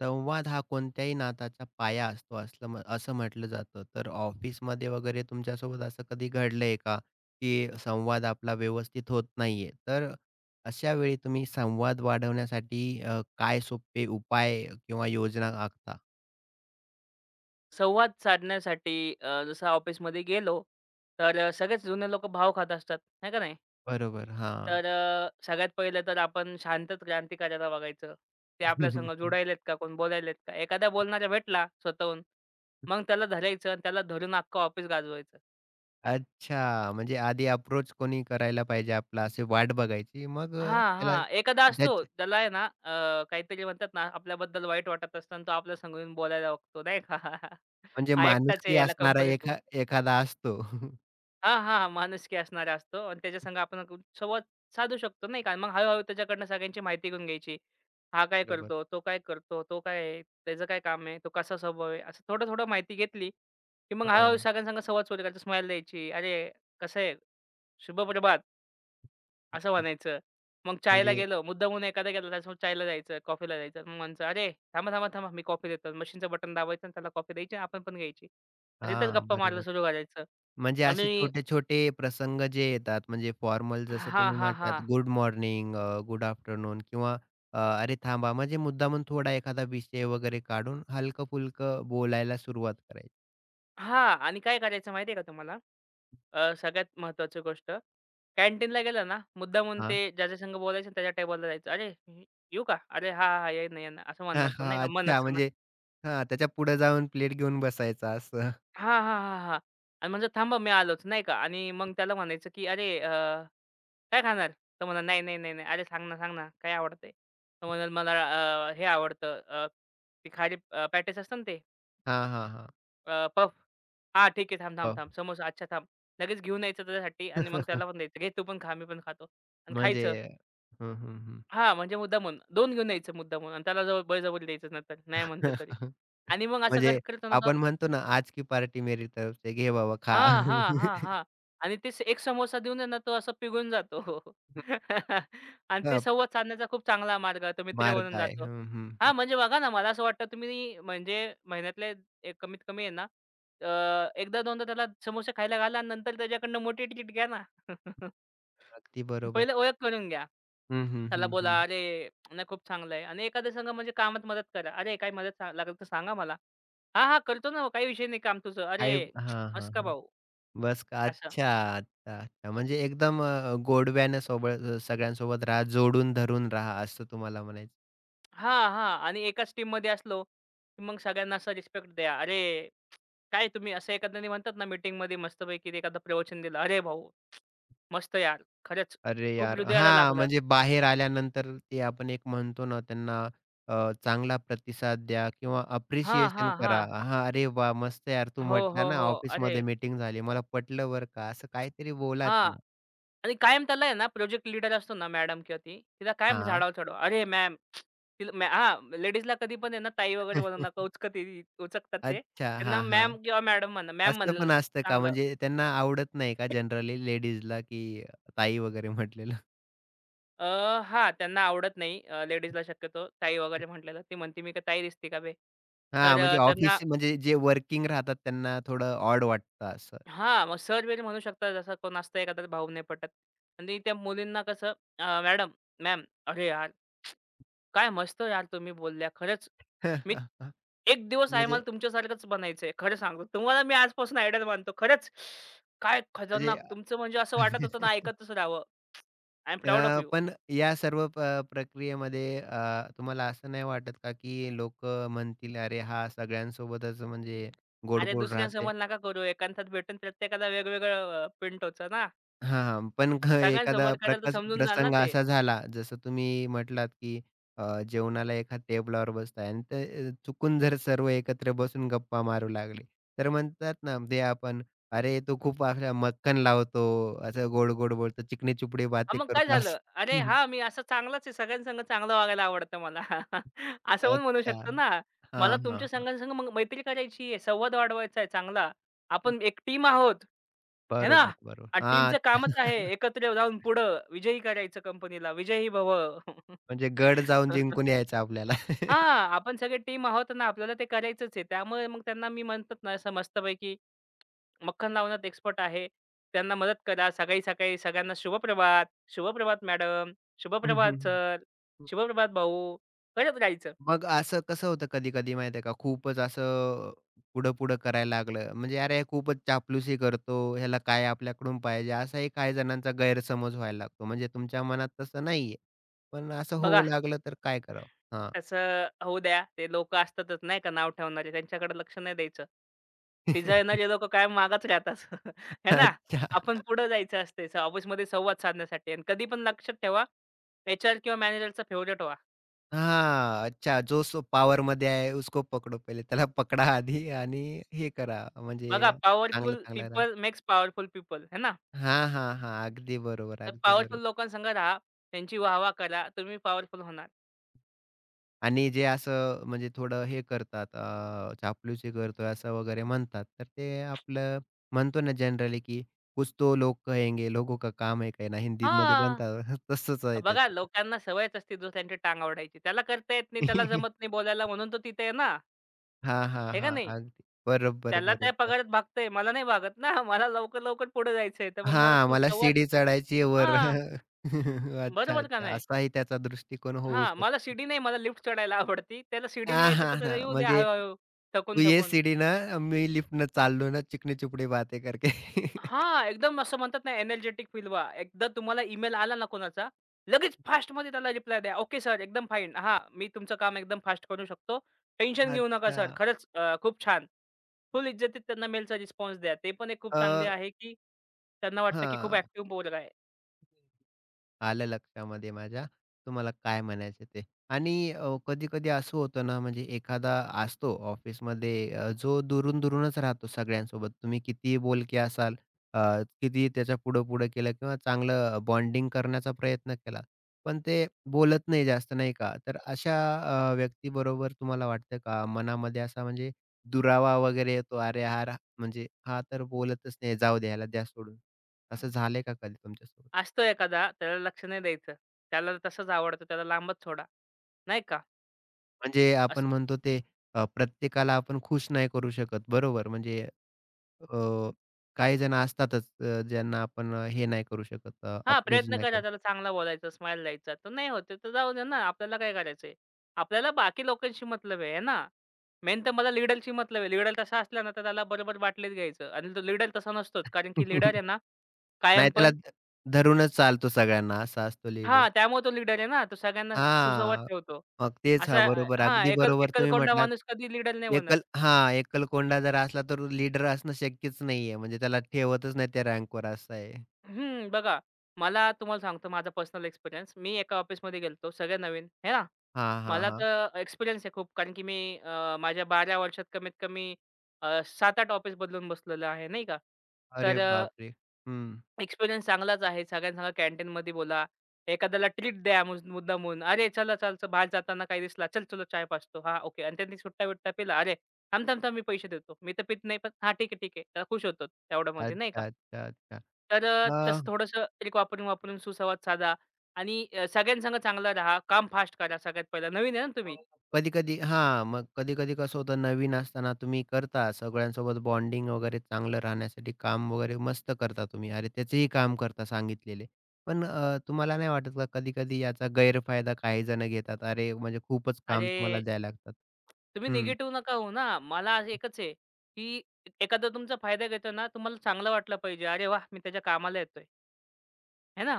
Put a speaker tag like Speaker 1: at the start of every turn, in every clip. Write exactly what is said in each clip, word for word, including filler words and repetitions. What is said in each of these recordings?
Speaker 1: संवाद हा कोणत्याही नाताचा पाया असतो असलं म्ह- असं म्हटलं जातं. तर ऑफिसमध्ये वगैरे तुमच्यासोबत असं कधी घडलंय का की संवाद आपला व्यवस्थित होत नाहीये? तर अशा वेळी तुम्ही संवाद वाढवण्यासाठी अ, काय सोपे उपाय किंवा योजना आखता?
Speaker 2: संवाद साधण्यासाठी अ, जसं ऑफिसमध्ये गेलो, तर अ, सगळेच जुने लोक भाव खात असतात, आहे का नाही?
Speaker 1: बरोबर, हां.
Speaker 2: तर अ, सगळ्यात पहिलं तर आपण शांतच क्रांती करायला बघायचं. ते आपल्यासंग जोडायलेत का? कोण बोलायलेत का? एखादा बोलणारा भेटला स्वतःहून, मग त्याला धरायचं आणि त्याला धरून अख्खं ऑफिस गाजवायचं.
Speaker 1: अच्छा, म्हणजे आधी अप्रोच कोणी करायला पाहिजे आपला अशी वाट बघायची. मग अ,
Speaker 2: हां,
Speaker 1: त्याला
Speaker 2: हां. एखादा असतो
Speaker 1: त्याची
Speaker 2: त्याला आहे ना अ, काहीतरी म्हणतात ना आपल्याबद्दल वाईट वाटत असतं तो आपल्या संग येऊन बोलायला बघतो, नाही का?
Speaker 1: म्हणजे
Speaker 2: हा एकटाच आहे
Speaker 1: माणुसकी
Speaker 2: याला
Speaker 1: असणारा
Speaker 2: कंपनीत
Speaker 1: एखा एखादा असतो.
Speaker 2: हां, हां. माणुसकी असणारा असतो आणि त्याच्यासंग आपण कु- संवाद साधू शकतो नाही का. मग हळू त्याच्याकडनं सगळ्यांची माहिती घेऊन घ्यायची. हा काय
Speaker 1: बरोबर.
Speaker 2: करतो? तो काय करतो? तो काय आहे? त्याचं काय काम आहे? तो कसा स्वभाव आहे? असं थोडं-थोडं माहिती घेतली, की मग हळू-हळू
Speaker 1: हां.
Speaker 2: सगळ्यांसंग संवाद सुरू करायचा. स्माईल द्यायची. "अरे, कसं आहे? शुभ प्रभात" असं म्हणायचं. मग चायला
Speaker 1: म्हणजे
Speaker 2: गेलो, मुद्दामून एखादा गेला त्याच्यासोबत चायला जायचं, कॉफीला जायचं. मग म्हणायचं, "अरे, थांबा, थांबा, थांबा मी कॉफी देतो." मशीनचं बटन दाबायचं आणि त्याला कॉफी द्यायची आपण पण घ्यायची. आणि तिथेच
Speaker 1: हां,
Speaker 2: गप्पा मारायला
Speaker 1: बरोबर.
Speaker 2: सुरू करायचं.
Speaker 1: म्हणजे असे
Speaker 2: आणि
Speaker 1: छोटे-छोटे प्रसंग जे येतात म्हणजे फॉर्मल जसं
Speaker 2: हां,
Speaker 1: तुम्ही
Speaker 2: हां,
Speaker 1: म्हटलात
Speaker 2: हां.
Speaker 1: Good morning uh, good afternoon किंवा अ, अरे थांबा म्हणजे मुद्दामून थोडा एखादा विषय वगैरे काढून हलकं-फुलकं बोलायला सुरुवात करायची.
Speaker 2: हां आणि काय करायचं माहिती आहे का तुम्हाला? अ, सगळ्यात महत्त्वाची गोष्ट, कॅन्टीनला गेलं ना, मुद्दामून
Speaker 1: हां.
Speaker 2: ते ज्याच्या संग बोलायचं त्याच्या टेबलला जायचं. "अरे, हे- येऊ का? अरे, हां, हां, येईन, येईन." असं
Speaker 1: हां,
Speaker 2: म्हणणार तो नाही का,
Speaker 1: हां.
Speaker 2: मन
Speaker 1: अच्छा
Speaker 2: असताना.
Speaker 1: म्हणजे हां, त्याच्या पुढे जाऊन प्लेट घेऊन बसायचा असं.
Speaker 2: हां, हां, हां, हां. आणि म्हणजे "थांबा, मी आलोच." नाही का? आणि मग त्याला म्हणायचं की "अरे, अ, काय खाणार?" तो म्हणणार, "नाही, नाही, नाही, नाही." "अरे, सांग ना, सांग ना, काय आवडतंय?" तो म्हणेल, "मला अ, हे आवडतं, अ, ते खारी अ, असतं ना ते."
Speaker 1: हां, हां, हां.
Speaker 2: अ, पफ. हां, ठीक आहे. थांब, थांब,
Speaker 1: हो.
Speaker 2: थांब. समोसा. अच्छा थांब. लगेच घेऊन यायचं त्याच्यासाठी आणि मग त्याला पण द्यायचं. "घे तू पण खा, मी पण खातो." आणि
Speaker 1: म्हणजे
Speaker 2: खायचं.
Speaker 1: हं, हं, हं.
Speaker 2: हां, म्हणजे मुद्दामून दोन घेऊन यायचं मुद्दामून आणि त्याला जवळ बळजबरी द्यायचं नंतर नाही म्हणतोय तरी. आणि मग असं करत
Speaker 1: म्हणजे
Speaker 2: करत
Speaker 1: आपण म्हणतो ना, आज की पार्टी मेरी तरफ से घे बाबा खा.
Speaker 2: हां, हां, हां, हां. आणि ते स- एक समोसा देऊन आहे ना, तो असा पिघून जातो. आणि ते
Speaker 1: हां.
Speaker 2: संवाद साधण्याचा खूप चांगला मार्ग आहे. तो मित्र
Speaker 1: मार्ग
Speaker 2: बनून
Speaker 1: आहे.
Speaker 2: जातो.
Speaker 1: हं, हं, हं.
Speaker 2: हां, म्हणजे बघा ना, मला असं वाटतं तुम्ही म्हणजे महिन्यातले एक कमीत कमी आहे ना, अ, एकदा दोनदा त्याला समोसे खायला घाला आणि नंतर त्याच्याकडनं मोठी ट्रीट घ्या ना.
Speaker 1: अगदी बरोबर.
Speaker 2: पहिलं ओळख करून घ्या.
Speaker 1: हं, हं,
Speaker 2: त्याला
Speaker 1: हं,
Speaker 2: बोला,
Speaker 1: हं.
Speaker 2: "अरे, नाही खूप चांगलं आहे." आणि एखाद्या संग म्हणजे कामात मदत करा. "अरे, काही मदत सा लागेल तर सांगा मला." "हां, हां, करतो ना. काही विषय नाही. काम तुझं."
Speaker 1: आई
Speaker 2: "अरे,
Speaker 1: हां, हां,
Speaker 2: मस्त का
Speaker 1: हां.
Speaker 2: भाऊ."
Speaker 1: बस का.
Speaker 2: असं.
Speaker 1: अच्छा, अच्छा, अच्छा. म्हणजे एकदम अ, गोडव्यानं सोबत सगळ्यांसोबत राहा, जोडून धरून राहा असं तुम्हाला म्हणायचं.
Speaker 2: हां, हां. आणि एकाच टीममध्ये असलो, की मग सगळ्यांना असा रिस्पेक्ट द्या. "अरे, काय तुम्ही?" असं एखाद्याने म्हणतात ना मीटिंगमध्ये मस्तपैकी एखादं प्रवचन दिलं. "अरे भाऊ, मस्त यार. खरंच
Speaker 1: अरे
Speaker 2: खूप
Speaker 1: यार!
Speaker 2: हृदयाला
Speaker 1: हां,
Speaker 2: लागलं."
Speaker 1: म्हणजे बाहेर आल्यानंतर ते आपण एक म्हणतो ना त्यांना अ, चांगला प्रतिसाद द्या किंवा
Speaker 2: हां,
Speaker 1: अप्रिशिएशन
Speaker 2: हां,
Speaker 1: करा.
Speaker 2: हां.
Speaker 1: हां, "अरे वाह! मस्त यार तू
Speaker 2: हो,
Speaker 1: म्हटला
Speaker 2: हो,
Speaker 1: ना
Speaker 2: हो. अरे
Speaker 1: ऑफिसमध्ये मीटिंग झाली. मला पटलं बरं का." असं काहीतरी बोला
Speaker 2: हां.
Speaker 1: त्याला.
Speaker 2: आणि कायम त्याला आहे ना प्रोजेक्ट लीडर असतो ना मॅडम किंवा ती, तिला कायम
Speaker 1: हां.
Speaker 2: झाडावर चढवा. "अरे मॅम." तिला मॅ हां, लेडीजला कधी पण आहे ना ताई वगैरे बनवू नका. उचकत उचकतात ते.
Speaker 1: अच्छा. हां,
Speaker 2: त्यांना
Speaker 1: हां.
Speaker 2: मॅम किंवा मॅडम म्हणा. मॅम
Speaker 1: असं
Speaker 2: म्हणलेलं
Speaker 1: पण असतं का?
Speaker 2: चांगलं.
Speaker 1: म्हणजे त्यांना आवडत नाही का जनरली लेडीजला, की ताई वगैरे म्हटलेलं?
Speaker 2: अ, हां, त्यांना आवडत नाही लेडीजला शक्यतो ताई वगैरे म्हटलेलं. ती म्हणते, "मी काय ताई दिसते का बे?" तर
Speaker 1: हां, म्हणजे
Speaker 2: अ, त्यांना
Speaker 1: ऑफिस म्हणजे जे वर्किंग राहतात त्यांना थोडं ऑड वाटतं असं.
Speaker 2: हां, मग सर-बिर म्हणू शकतात. जसं कोण असतं एखादा भाऊ नाही पटत. आणि त्या मुलींना कसं अ, "मॅडम, मॅम, अरे यार, काय मस्त यार तुम्ही बोलल्या. खरंच मी एक दिवस आहे
Speaker 1: म्हणजे
Speaker 2: मला तुमच्यासारखंच बनायचंय. खरं सांगतो. तुम्हाला मी आजपासून आयडॉल मानतो. खरंच काय
Speaker 1: म्हणजे
Speaker 2: खतरनाक तुमचं म्हणजे असं वाटत होतं ना ऐकतच राहावं. I am proud of
Speaker 1: uh,
Speaker 2: you."
Speaker 1: पण या सर्व प प्रक्रियेमध्ये अ, तुम्हाला असं नाही वाटत का, की लोक म्हणतील, "अरे, हा सगळ्यांसोबतच म्हणजे
Speaker 2: अरे
Speaker 1: गोड-गोड राहते?"
Speaker 2: दुसऱ्यांसमोर नका करू. एकांतात भेटून प्रत्येकाला वेगवेगळं अ, पिंटोचं ना.
Speaker 1: हां, हां. पण घ एखादा
Speaker 2: सगळ्यांसमोर कराल तर
Speaker 1: प्रकास
Speaker 2: समजून जाल ना
Speaker 1: प्रसंग
Speaker 2: ते.
Speaker 1: असा झाला, जसं तुम्ही म्हटलात, की अ, जेवणाला एका टेबलावर बसताय आणि ते अ, चुकून जर सर्व एकत्र बसून गप्पा मारू लागले, तर म्हणतात ना, ते आपण, "अरे, तो खूप असा मक्कन लावतो, असं गोड-गोड बोलतो, चिकनी-चुपडी
Speaker 2: हां,
Speaker 1: बातें
Speaker 2: मग काय
Speaker 1: करतो."
Speaker 2: झालं?
Speaker 1: असं.
Speaker 2: अरे
Speaker 1: हं.
Speaker 2: हां, मी असा चांगलाच आहे. सगळ्यांसंग चांगलं वागायला आवडतं मला. असं पण म्हणू
Speaker 1: अच्छा.
Speaker 2: शकतो ना. मला
Speaker 1: हां, हां,
Speaker 2: तुमच्या
Speaker 1: हां.
Speaker 2: संघासंग मग मैत्री करायची आहे, संवाद वाढवायचा आहे चांगला. आपण एक टीम आहोत. है ना?
Speaker 1: बरोबर, बरोबर.
Speaker 2: आणि
Speaker 1: हां.
Speaker 2: टीमचं कामच आहे एकत्र जाऊन पुढं विजयी करायचं कंपनीला. विजयी भव.
Speaker 1: म्हणजे गड जाऊन जिंकून यायचं आपल्याला.
Speaker 2: हां, आपण सगळे टीम आहोत ना, आपल्याला ते करायचंच आहे. त्यामुळे मग त्यांना मी म्हणतात ना, असं मस्तपैकी मक्खन लावण्यात एक्सपर्ट आहे. त्यांना मदत करा. सकाळी-सकाळी सगळ्यांना शुभप्रभात, शुभप्रभात मॅडम,
Speaker 1: हं, हं,
Speaker 2: शुभप्रभात सर,
Speaker 1: हं.
Speaker 2: शुभप्रभात भाऊ करत राहायचं.
Speaker 1: मग असं कसं होतं कधी-कधी माहिती आहे का, खूपच असं पुढं-पुढं करायला लागलं. म्हणजे "अरे, हे खूपच चापलुसी करतो, ह्याला काय आपल्याकडून पाहिजे?" असाही काही जणांचा गैरसमज व्हायला लागतो. म्हणजे तुमच्या मनात तसं नाहीये, पण असं होऊ
Speaker 2: बघा
Speaker 1: लागलं तर काय करावं? हां.
Speaker 2: तसं होऊ द्या. ते लोकं असतातच नाही का नाव ठेवणारे त्यांच्याकडे लक्ष नाही द्यायचं. पिझ्झा येणारे लोकं कायम मागच राहतात. आहे ना?
Speaker 1: अच्छा.
Speaker 2: आपण पुढे जायचं असते स- ऑफिसमध्ये संवाद साधण्यासाठी आणि कधी पण लक्षात ठेवा एचआर किंवा मॅनेजरचा फेव्हरेट व्हा.
Speaker 1: हां. अच्छा. जो सो पॉवरमध्ये आहे, उसको पकडो पहिले. त्याला पकडा आधी आणि हे करा म्हणजे
Speaker 2: बघा पॉवरफुल
Speaker 1: चांगलं-चांगलं राहा.
Speaker 2: पीपल मेक्स पॉवरफुल पीपल, है ना?
Speaker 1: हां, हां, हां. अगदी बरोबर,
Speaker 2: तर
Speaker 1: अगदी
Speaker 2: पॉवरफुल
Speaker 1: बरोबर.
Speaker 2: लोकांसंग राहा. त्यांची वाह-वाह करा. तुम्ही पॉवरफुल होणार.
Speaker 1: आणि जे असं म्हणजे थोडं हे करतात अ, चापलूसी करतोय असं वगैरे म्हणतात, तर ते आपलं म्हणतो ना जनरली की कुछ तो लोग कहेंगे, लोगों का काम है कहना हिंदीमध्ये
Speaker 2: हां,
Speaker 1: म्हणतात तसंच आहे
Speaker 2: बघा
Speaker 1: त्याचं.
Speaker 2: लोकांना सवयच असते दुसऱ्यांची टांग ओढायची. त्याला करता येत नाही, त्याला जमत नाही बोलायला म्हणून तो तिथे आहे ना,
Speaker 1: हां, हां,
Speaker 2: आहे का
Speaker 1: हां.
Speaker 2: नाही?
Speaker 1: अगदी. बरोबर,
Speaker 2: त्याला त्या
Speaker 1: बरोबर.
Speaker 2: पगारात भागतंय, मला नाही भागत ना. मला लवकर-लवकर पुढे जायचंय. तर मग मला
Speaker 1: हां, मला
Speaker 2: सुसंवाद
Speaker 1: शिडी चढायची आहे वर.
Speaker 2: हां,
Speaker 1: अच्छा,
Speaker 2: बरोबर का
Speaker 1: अच्छा.
Speaker 2: नाही?
Speaker 1: असाही त्याचा दृष्टिकोन होऊ
Speaker 2: हां, मला
Speaker 1: शकतो.
Speaker 2: शिडी नाही, मला लिफ्ट चढायला आवडती. त्याला शिडीने
Speaker 1: हां,
Speaker 2: यायचं
Speaker 1: हां,
Speaker 2: तर
Speaker 1: हां.
Speaker 2: त्याला येऊ द्या
Speaker 1: म्हणजे
Speaker 2: हळू
Speaker 1: तू ये
Speaker 2: थकून-थकून.
Speaker 1: सीडीनं, मी लिफ्टनं चाललो ना, चिकनी चुपडी बातें करके.
Speaker 2: हां, एकदम असं म्हणतात ना एनर्जेटिक फील व्हा. एकदा तुम्हाला ईमेल आला ना कोणाचा, लगेच फास्टमध्ये त्याला रिप्लाय द्या. ओके सर, एकदम फाईन. हां, मी तुमचं काम एकदम फास्ट करू शकतो. टेन्शन घेऊ नका
Speaker 1: अच्छा.
Speaker 2: सर. खरंच अ, खूप छान. फुल इज्जतीत त्यांना मेलचा रिस्पॉन्स द्या. ते पण एक खूप चांगले आहे, की त्यांना वाटतं, की खूप
Speaker 1: हां,
Speaker 2: ॲक्टिव्ह पोरगा आहे.
Speaker 1: आलं लक्षामध्ये माझ्या तुम्हाला काय म्हणायचं ते. आणि अ, कधी-कधी असं होतं ना, म्हणजे एखादा असतो ऑफिसमध्ये अ, जो दुरून-दुरूनच राहतो सगळ्यांसोबत. तुम्ही कितीही बोलके असाल, अ, कितीही त्याच्या पुढं-पुढं केलं किंवा चांगलं बॉन्डिंग करण्याचा प्रयत्न केला, पण ते बोलत नाही जास्त, नाही का? तर अशा अ, व्यक्तीबरोबर तुम्हाला वाटतं का मनामध्ये असा म्हणजे दुरावा वगैरे येतो, "अरे, हा रा म्हणजे हा तर बोलतच नाही, जाऊ दे, ह्याला द्या सोडून." असं झालंय का कधी तुमच्यासोबत?
Speaker 2: असतो एखादा त्याला लक्ष नाही द्यायचं. त्याला तसंच आवडतं, त्याला लांबच सोडा, नाही का?
Speaker 1: म्हणजे आपण म्हणतो ते अ, प्रत्येकाला आपण खुश नाही करू शकत. बरोबर. म्हणजे अ, काही जण असतातच अ, ज्यांना आपण अ, हे नाही करू शकत अ,
Speaker 2: हा,
Speaker 1: अप्रोच
Speaker 2: प्रयत्न
Speaker 1: नाही
Speaker 2: करा
Speaker 1: करू
Speaker 2: त्याला चांगला बोलायचा, स्माईल द्यायचा. तो नाही होत आहे तर जाऊ दे ना. आपल्याला काय करायचंय? आपल्याला बाकी लोकांशी मतलब आहे, आहे ना? मेन तर मला लीडरशी मतलब आहे. लीडर तसा असला ना, तर त्याला बरोबर बाटलीत घ्यायचं आणि तो लीडर तसा नसतोच. कारण की लीडर आहे ना, कायम
Speaker 1: नाही त्याला
Speaker 2: पण
Speaker 1: ध धरूनच चालतो सगळ्यांना असा असतो लीडर.
Speaker 2: हां, त्यामुळे तो लीडर आहे ना, तो सगळ्यांना सुसंवाद
Speaker 1: हां.
Speaker 2: ठेवतो.
Speaker 1: मग तेच हां,
Speaker 2: असा अ,
Speaker 1: बरोबर.
Speaker 2: हां,
Speaker 1: अगदी
Speaker 2: एकल
Speaker 1: बरोबर तुम्ही
Speaker 2: एकलकोंडा
Speaker 1: म्हटलात.
Speaker 2: माणूस कधी लीडर नाही बनत.
Speaker 1: एकल हां, एकलकोंडा जर असला तर लीडर असणं शक्यच नाहीये. म्हणजे त्याला ठेवतच नाही त्या रँकवर असं आहे.
Speaker 2: हं, बघा मला तुम्हाला सांगतो माझा पर्सनल एक्सपिरियन्स. मी एका ऑफिसमध्ये गेलो सगळे नवीन, आहे ना?
Speaker 1: हां, हां,
Speaker 2: मला
Speaker 1: हां.
Speaker 2: तर एक्सपिरियन्स आहे खूप. कारण की मी अ, माझ्या बारा वर्षात कमीत कमी अ, सात आठ ऑफिस बदलून बसलेलं आहे, नाही का. तर
Speaker 1: अरे
Speaker 2: अ,
Speaker 1: बापरे! हं.
Speaker 2: एक्सपिरियन्स चांगलाच आहे. सगळ्यांसंग कॅन्टीनमध्ये बोला. एखाद्याला ट्रीट द्या मुस मुद्दामून. "अरे, चला चल चल, बाहेर जाताना काही दिसला. चल, चलो चाय पाजतो." हां, ओके. आणि त्यांनी सुट्टा-बिट्टा पिला. "अरे, थांब, थांब, थांब, मी पैसे देतो." "मी तर पित नाही, पण हां, ठीक आहे, ठीक आहे." तर खुश होतो तेवढ्यामध्ये, नाही का.
Speaker 1: अच्छा, अच्छा, अच्छा.
Speaker 2: तर अ, तसं थोडंसं ट्रिक वापरून-वापरून सुसंवाद साधा आणि अ, सगळ्यांसंग चांगला राहा. काम फास्ट करा सगळ्यात पहिला. नवीन आहे ना तुम्ही.
Speaker 1: कधी-कधी हां, मग कधी-कधी कसं होतं नवीन असताना तुम्ही करता सगळ्यांसोबत बॉन्डिंग वगैरे चांगलं राहण्यासाठी काम वगैरे मस्त करता तुम्ही. अरे, त्याचेही काम करता सांगितलेले. पण अ, तुम्हाला नाही वाटत का कधी-कधी याचा गैरफायदा काही जण घेतात? अरे, म्हणजे खूपच काम
Speaker 2: अरे,
Speaker 1: तुम्हाला द्यायला लागतात.
Speaker 2: तुम्ही
Speaker 1: हं.
Speaker 2: निगेटिव्ह नका होऊ ना. मला असं एकच आहे, की एखादा तुमचा फायदा घेतो ना, तुम्हाला चांगलं वाटलं पाहिजे. "अरे वाह! मी त्याच्या कामाला येतोय." है ना?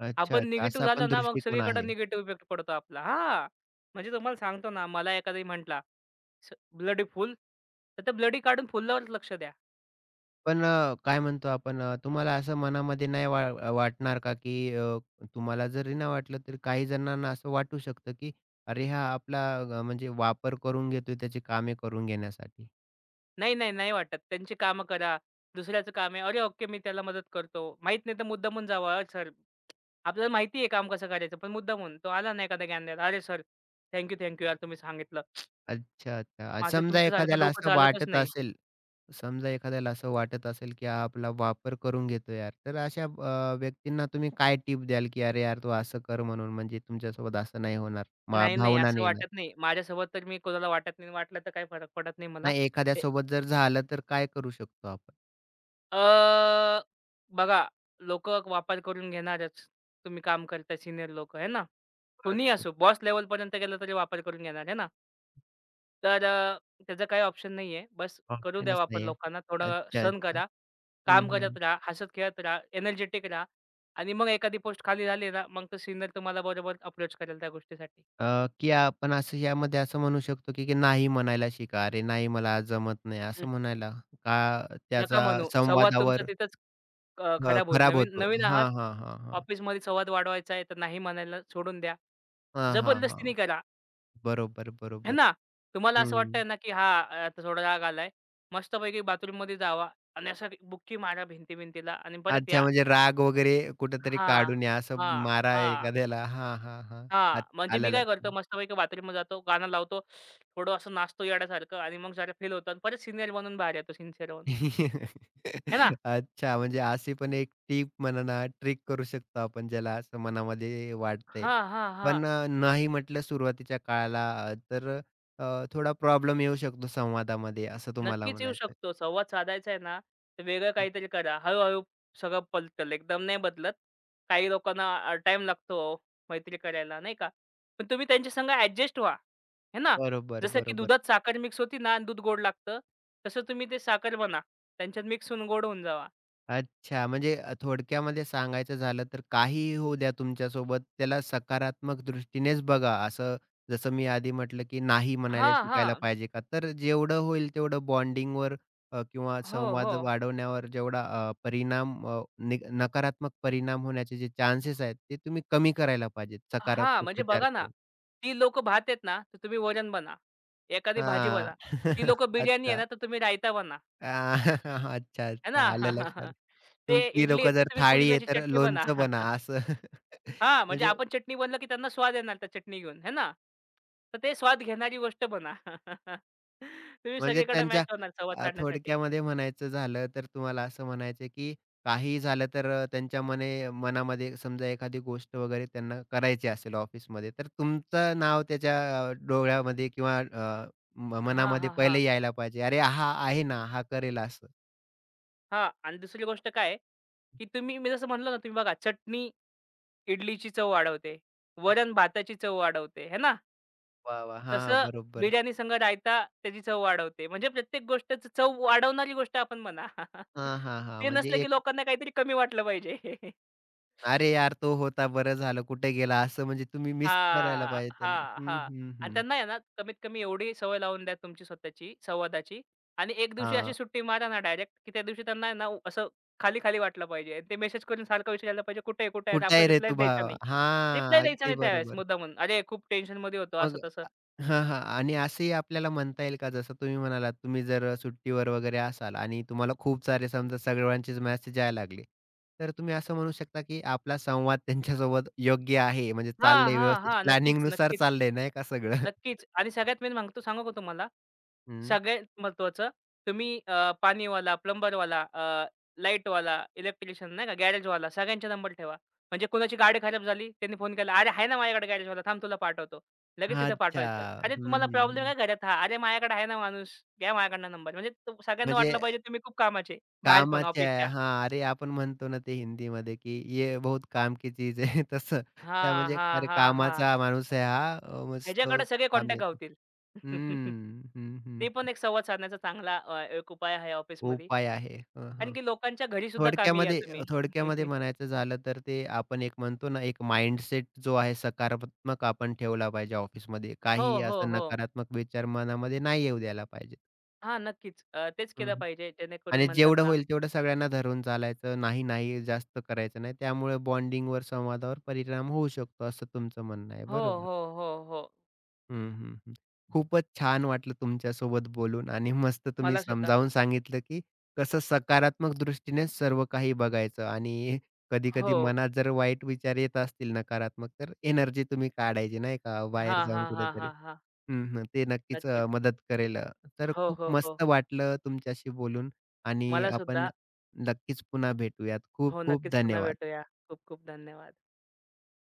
Speaker 1: अच्छा,
Speaker 2: आपण
Speaker 1: अच्छा.
Speaker 2: निगेटिव्ह
Speaker 1: असा
Speaker 2: झालो
Speaker 1: पण
Speaker 2: ना, मग
Speaker 1: दृष्टिकोन
Speaker 2: सगळीकडे
Speaker 1: आहे.
Speaker 2: निगेटिव्ह इफेक्ट पडतो आपला. हां, म्हणजे तुम्हाला सांगतो ना, मला एखादा म्हटला, ब्लडी फूल." तर ते ब्लडी काढून फुललावरच लक्ष द्या.
Speaker 1: पण अ, काय म्हणतो आपण अ, तुम्हाला असं मनामध्ये नाही वा वाटणार का, की अ, तुम्हाला जरी नाही वाटलं, तरी काही जणांना असं वाटू शकतं, की अरे, हा आपला अ, म्हणजे वापर करून घेतोय त्याची कामे करून घेण्यासाठी.
Speaker 2: नाही, नाही, नाही वाटत. त्यांची कामं करा. दुसऱ्याचं काम आहे. "अरे, ओके, मी त्याला मदत करतो." माहीत नाही तर मुद्दामून जावा, "सर आपल्याला माहिती आहे काम कसं करायचं, पण मुद्दामून. तो आला ना एखादा ज्ञान द्यायला, "अरे sir, thank you, thank you यार तुम्ही सांगितलं.
Speaker 1: अच्छा, अच्छा. अ,
Speaker 2: माझं
Speaker 1: समजा
Speaker 2: तुमच्यासारखं
Speaker 1: एखाद्याला
Speaker 2: डोकं
Speaker 1: असं
Speaker 2: चालतच
Speaker 1: वाटत
Speaker 2: नाही."
Speaker 1: असेल, समजा एखाद्याला असं वाटत असेल, की हा आपला वापर करून घेतो यार, तर अशा अ, व्यक्तींना तुम्ही काय टिप द्याल, की "अरे यार, तू असं कर" म्हणून म्हणजे तुमच्यासोबत असं नाही होणार, मा
Speaker 2: नाही, नाही
Speaker 1: भावना
Speaker 2: असं
Speaker 1: नाही येणार.
Speaker 2: वाटत नाही. माझ्यासोबत तर मी कोणाला वाटत नाही. वाटलं तर काही फरक पडत नाही मला.
Speaker 1: नाही
Speaker 2: ते
Speaker 1: एखाद्यासोबत जर झालं, तर काय करू शकतो आपण?
Speaker 2: अ, बघा लोकं वापर करून घेणारच. तुम्ही काम करताय सीनियर लोकं, आहे ना? कोणीही असो बॉस लेव्हलपर्यंत गेलं तरी वापर करून घेणार, आहे ना? तर अ, त्याचं काही ऑप्शन नाहीये. बस करू द्या
Speaker 1: ऑप्शनच
Speaker 2: वापर
Speaker 1: नाहीये.
Speaker 2: लोकांना. थोडं
Speaker 1: अच्छा,
Speaker 2: सहन
Speaker 1: अच्छा.
Speaker 2: करा.
Speaker 1: हं,
Speaker 2: काम करत
Speaker 1: हं.
Speaker 2: राहा, हसत-खेळत राहा, एनर्जेटिक राहा आणि मग एखादी पोस्ट खाली झाली ना, मग तो सीनियर तुम्हाला बरोबर अप्रोच करेल त्या गोष्टीसाठी.
Speaker 1: अ, की आपण असं यामध्ये असं म्हणू शकतो, की की नाही म्हणायला शिका. "अरे, नाही मला आज जमत नाही,"
Speaker 2: हं.
Speaker 1: असं म्हणायला. का
Speaker 2: नका
Speaker 1: त्याचा
Speaker 2: म्हणू. संवाद तुमचा
Speaker 1: संवादावर
Speaker 2: तिथंच अ,
Speaker 1: अ,
Speaker 2: खराब होईल.
Speaker 1: खराब
Speaker 2: नवीन
Speaker 1: होतो.
Speaker 2: नवीन
Speaker 1: हां,
Speaker 2: आहात.
Speaker 1: हां, हां, हां.
Speaker 2: ऑफिसमध्ये संवाद वाढवायचा आहे, तर नाही म्हणायला सोडून द्या.
Speaker 1: हां, हां, हां.
Speaker 2: जबरदस्तीने करा,
Speaker 1: बरोबर,
Speaker 2: है
Speaker 1: बरोबर.
Speaker 2: ना? तुम्हाला असं
Speaker 1: हं.
Speaker 2: वाटतंय ना, की हां, आता थोडा राग आलाय. मस्तपैकी बाथरूममध्ये जावा आणि असं बुक्की मारा भिंती-भिंतीला आणि परत
Speaker 1: अच्छा,
Speaker 2: या.
Speaker 1: म्हणजे राग वगैरे कुठेतरी
Speaker 2: हां,
Speaker 1: काढू नये, असं
Speaker 2: हां,
Speaker 1: मारा
Speaker 2: हां,
Speaker 1: एखाद्याला. हां, हां, हां. आत
Speaker 2: हां. म्हणजे मी
Speaker 1: आलं
Speaker 2: काय करतो
Speaker 1: लक्षात.
Speaker 2: मस्तपैकी बाथरूमला जातो, गाणं लावतो, थोडं असं नाचतो येड्यासारखं आणि मग जरा फील होतं आणि परत सिनियर बनून बाहेर येतो सिन्सिअर बनून. है ना?
Speaker 1: अच्छा, म्हणजे अशी पण एक टीप म्हणा ना, ट्रिक करू शकतो आपण ज्याला असं मनामध्ये वाटतंय.
Speaker 2: हां, हां, हां.
Speaker 1: पण अ, नाही म्हटलं सुरुवातीच्या काळाला अ, तर अ, थोडा प्रॉब्लेम येऊ शकतो संवादामध्ये असं तुम्हाला
Speaker 2: नक्कीच येऊ
Speaker 1: म्हणायचंय.
Speaker 2: शकतो. संवाद साधायचा आहे ना, तर वेगळं काहीतरी करा. हळू-हळू सगळं पलटेल. एकदम नाही बदलत. काही लोकांना अ, लागतो मैत्री करायला नाही का? पण तुम्ही त्यांच्या संग ॲडजस्ट व्हा. है ना?
Speaker 1: बरोबर,
Speaker 2: जसं की
Speaker 1: बरोबर.
Speaker 2: दुधात साखर मिक्स होती ना आणि दूध गोड लागतं, तसं तुम्ही ते साखर बना. त्यांच्यात मिक्स होऊन गोड होऊन जावा.
Speaker 1: अच्छा, म्हणजे अ, थोडक्यामध्ये सांगायचं झालं तर काहीही होऊ द्या तुमच्यासोबत, त्याला सकारात्मक दृष्टीनेच बघा. असं जसं मी आधी म्हटलं, की नाही म्हणायला
Speaker 2: हां,
Speaker 1: शिकायला
Speaker 2: हां.
Speaker 1: पाहिजे का? तर जेवढं होईल तेवढं बॉन्डिंगवर अ, किंवा
Speaker 2: हो, हो.
Speaker 1: संवाद वाढवण्यावर जेवढा अ, परिणाम अ, नि नकारात्मक परिणाम होण्याचे जे चान्सेस आहेत, ते तुम्ही कमी करायला पाहिजेत
Speaker 2: हां,
Speaker 1: सकारात्मक
Speaker 2: म्हणजे
Speaker 1: विचार
Speaker 2: बघा ना,
Speaker 1: करून.
Speaker 2: ती लोकं भात आहेत ना, तर तुम्ही वरण बना. एखादी भाजी
Speaker 1: हां.
Speaker 2: बना. ती लोकं बिर्याणी आहे
Speaker 1: अच्छा.
Speaker 2: ना, तर तुम्ही रायता बना.
Speaker 1: आ, अच्छा,
Speaker 2: है
Speaker 1: अच्छा.
Speaker 2: ना?
Speaker 1: आलं लक्षात. तुम
Speaker 2: ते
Speaker 1: ती
Speaker 2: इडली
Speaker 1: लोकं
Speaker 2: आहेत, तर
Speaker 1: जर
Speaker 2: तुम्ही
Speaker 1: थाळी आहे
Speaker 2: पुदिन्याची
Speaker 1: तर
Speaker 2: चटणी बना.
Speaker 1: लोणचं बना असं.
Speaker 2: हां, म्हणजे
Speaker 1: म्हणजे
Speaker 2: आपण चटणी बनलं, की त्यांना स्वाद येणार त्या चटणी घेऊन, है ना? तर ते स्वाद घेणारी गोष्ट बना. तुम्ही
Speaker 1: म्हणजे
Speaker 2: सगळीकडे मॅच
Speaker 1: त्यांच्या
Speaker 2: होणार संवाद
Speaker 1: अ,
Speaker 2: साधण्यासाठी.
Speaker 1: थोडक्यामध्ये म्हणायचं झालं तर तुम्हाला असं म्हणायचं की काही झालं तर अ, त्यांच्या मने मनामध्ये समजा एखादी गोष्ट वगैरे त्यांना करायची असेल ऑफिसमध्ये, तर तुमचं नाव त्याच्या अ, डोळ्यामध्ये किंवा अ, म
Speaker 2: हां,
Speaker 1: मनामध्ये
Speaker 2: हां, हां.
Speaker 1: पहिले यायला पाहिजे. "अरे, हा आहे ना, हा करेल." असं.
Speaker 2: हां आणि दुसरी गोष्ट काय आहे, की तुम्ही मी जसं म्हणलं ना, तुम्ही बघा चटणी इडलीची चव वाढवते. वरण भाताची चव वाढवते, है ना?
Speaker 1: वाह, वाह! हां,
Speaker 2: तसं
Speaker 1: बरोबर.
Speaker 2: बिर्याणी संग रायता त्याची चव वाढवते. म्हणजे प्रत्येक गोष्टच चव वाढवणारी गोष्ट आपण म्हणा.
Speaker 1: हां, हां, हां.
Speaker 2: ते
Speaker 1: म्हणजे
Speaker 2: नसलं की लोकांना काहीतरी कमी वाटलं पाहिजे.
Speaker 1: अरे यार! तो होता बरं झालं कुठे गेला? असं म्हणजे तुम्ही मिस करायला
Speaker 2: हां,
Speaker 1: पाहिजे त्यांना.
Speaker 2: हां,
Speaker 1: हं,
Speaker 2: हां.
Speaker 1: हं,
Speaker 2: आणि
Speaker 1: हं.
Speaker 2: त्यांना आहे ना, कमीत कमी एवढी सवय लावून द्या तुमची स्वतःची संवादाची आणि एक दिवशी अशी
Speaker 1: हां.
Speaker 2: सुट्टी मारा ना डायरेक्ट, की त्या दिवशी त्यांना आहे ना असं खाली-खाली वाटलं पाहिजे. आणि ते मेसेज करून सारखा विचारायला पाहिजे, "कुठे आहे? कुठे आहे?"
Speaker 1: कुठे
Speaker 2: आपण
Speaker 1: आहे रे
Speaker 2: रिप्लाय
Speaker 1: तू
Speaker 2: द्यायचा
Speaker 1: भावा?
Speaker 2: नाही. रिप्लाय
Speaker 1: हां,
Speaker 2: द्यायचा
Speaker 1: अगदी
Speaker 2: नाही त्यावेळेस
Speaker 1: बरोबर.
Speaker 2: मुद्दामून. "अरे, खूप टेन्शनमध्ये होतो,"
Speaker 1: मग
Speaker 2: असं तसं.
Speaker 1: हां, हां. आणि असंही आपल्याला म्हणता येईल का जसं तुम्ही म्हणालात तुम्ही जर सुट्टीवर वगैरे असाल आणि तुम्हाला खूप सारे समजा सगळ्यांचेच मेसेज यायला लागले. तर तुम्ही असं म्हणू शकता की आपला संवाद त्यांच्यासोबत योग्य आहे. म्हणजे
Speaker 2: हां,
Speaker 1: चाललंय
Speaker 2: हां,
Speaker 1: व्यवस्थित
Speaker 2: हां. नक्कीच,
Speaker 1: प्लॅनिंगनुसार
Speaker 2: नक्कीच.
Speaker 1: चाललंय नाही का सगळं?
Speaker 2: नक्कीच आणि सगळ्यात मेन सांगतो सांगू का तुम्हाला?
Speaker 1: हं.
Speaker 2: सगळ्यात महत्त्वाचं तुम्ही अ, पाणीवाला, प्लंबरवाला, अ, लाईटवाला, इलेक्ट्रिशियन नाही का, गॅरेजवाला सगळ्यांचे नंबर ठेवा. म्हणजे कुणाची गाडी खराब झाली, त्यांनी फोन केला, "अरे, आहे ना माझ्याकडे गॅरेजवाला, थांब तुला पाठवतो." लगेच तिथं
Speaker 1: अच्छा.
Speaker 2: पाठवायचं. "अरे,
Speaker 1: हं,
Speaker 2: तुम्हाला
Speaker 1: हं,
Speaker 2: प्रॉब्लेम
Speaker 1: हं.
Speaker 2: आहे घरात हा?" "अरे, माझ्याकडे आहे ना माणूस, घ्या माझ्याकडनं नंबर." म्हणजे तो- सगळ्यांना
Speaker 1: म्हणजे
Speaker 2: वाटलं पाहिजे तुम्ही खूप कामाचे, बाहेर पण
Speaker 1: कामाचे आहे.
Speaker 2: ऑफिसच्या.
Speaker 1: हां, अरे, आपण म्हणतो ना ते हिंदीमध्ये, की "ये बहुत काम की चीज है." तसं त्या
Speaker 2: हां,
Speaker 1: म्हणजे
Speaker 2: हां,
Speaker 1: अरे,
Speaker 2: हां, हां.
Speaker 1: कामाचा माणूस आहे हा. अ, मस्त
Speaker 2: ह्याच्याकडे सगळे
Speaker 1: काम
Speaker 2: कॉन्टॅक्ट
Speaker 1: येते.
Speaker 2: गावतील.
Speaker 1: हं, हं,
Speaker 2: ते पण
Speaker 1: हं.
Speaker 2: एक संवाद साधण्याचा चांगला अ, एक उपाय आहे ऑफिसमध्ये.
Speaker 1: उपाय आहे. हं,
Speaker 2: कारण
Speaker 1: हं.
Speaker 2: की लोकांच्या घरी सुद्धा कामी या
Speaker 1: थोडक्यामध्ये
Speaker 2: तुम्ही.
Speaker 1: थोडक्यामध्ये म्हणायचं झालं तर ते आपण एक म्हणतो ना, एक माइंडसेट जो आहे सकारात्मक आपण ठेवला पाहिजे ऑफिसमध्ये.
Speaker 2: हो,
Speaker 1: काहीही
Speaker 2: हो,
Speaker 1: असं
Speaker 2: हो.
Speaker 1: नकारात्मक विचार मनामध्ये नाही येऊ द्यायला पाहिजे.
Speaker 2: हां, नक्कीच. अ, तेच केलं पाहिजे जेणेकरून
Speaker 1: आणि
Speaker 2: म्हणतात
Speaker 1: जेवढं
Speaker 2: ना
Speaker 1: होईल तेवढं सगळ्यांना धरून चालायचं. नाही, नाही, जास्त करायचं नाही. त्यामुळे बॉन्डिंगवर, संवादावर परिणाम होऊ शकतो, असं तुमचं म्हणणं आहे.
Speaker 2: हो,
Speaker 1: बरोबर.
Speaker 2: हो, हो, हो.
Speaker 1: हं, हं, हं. खूपच छान वाटलं तुमच्यासोबत बोलून आणि मस्त तुम्ही
Speaker 2: मला सुद्धा.
Speaker 1: समजावून सांगितलं, की कसं सकारात्मक दृष्टीने सर्व काही बघायचं आणि
Speaker 2: हो.
Speaker 1: कधी-कधी मनात जर वाईट विचार येत असतील नकारात्मक, तर एनर्जी तुम्ही काढायची नाही का,
Speaker 2: हां,
Speaker 1: बाहेर
Speaker 2: हां,
Speaker 1: जाऊन
Speaker 2: हां,
Speaker 1: कुठेतरी.
Speaker 2: हां, हां.
Speaker 1: हं, हं. ते नक्कीच अ,
Speaker 2: नक्कीच.
Speaker 1: मदत करेल. अ, तर
Speaker 2: हो,
Speaker 1: खूप
Speaker 2: हो, हो.
Speaker 1: मस्त वाटलं तुमच्याशी बोलून आणि
Speaker 2: मला सुद्धा.
Speaker 1: आपण नक्कीच पुन्हा भेटूयात. खूप
Speaker 2: हो,
Speaker 1: खूप
Speaker 2: नक्कीच पुन्हा
Speaker 1: धन्यवाद.
Speaker 2: भेटूया. खूप खूप धन्यवाद.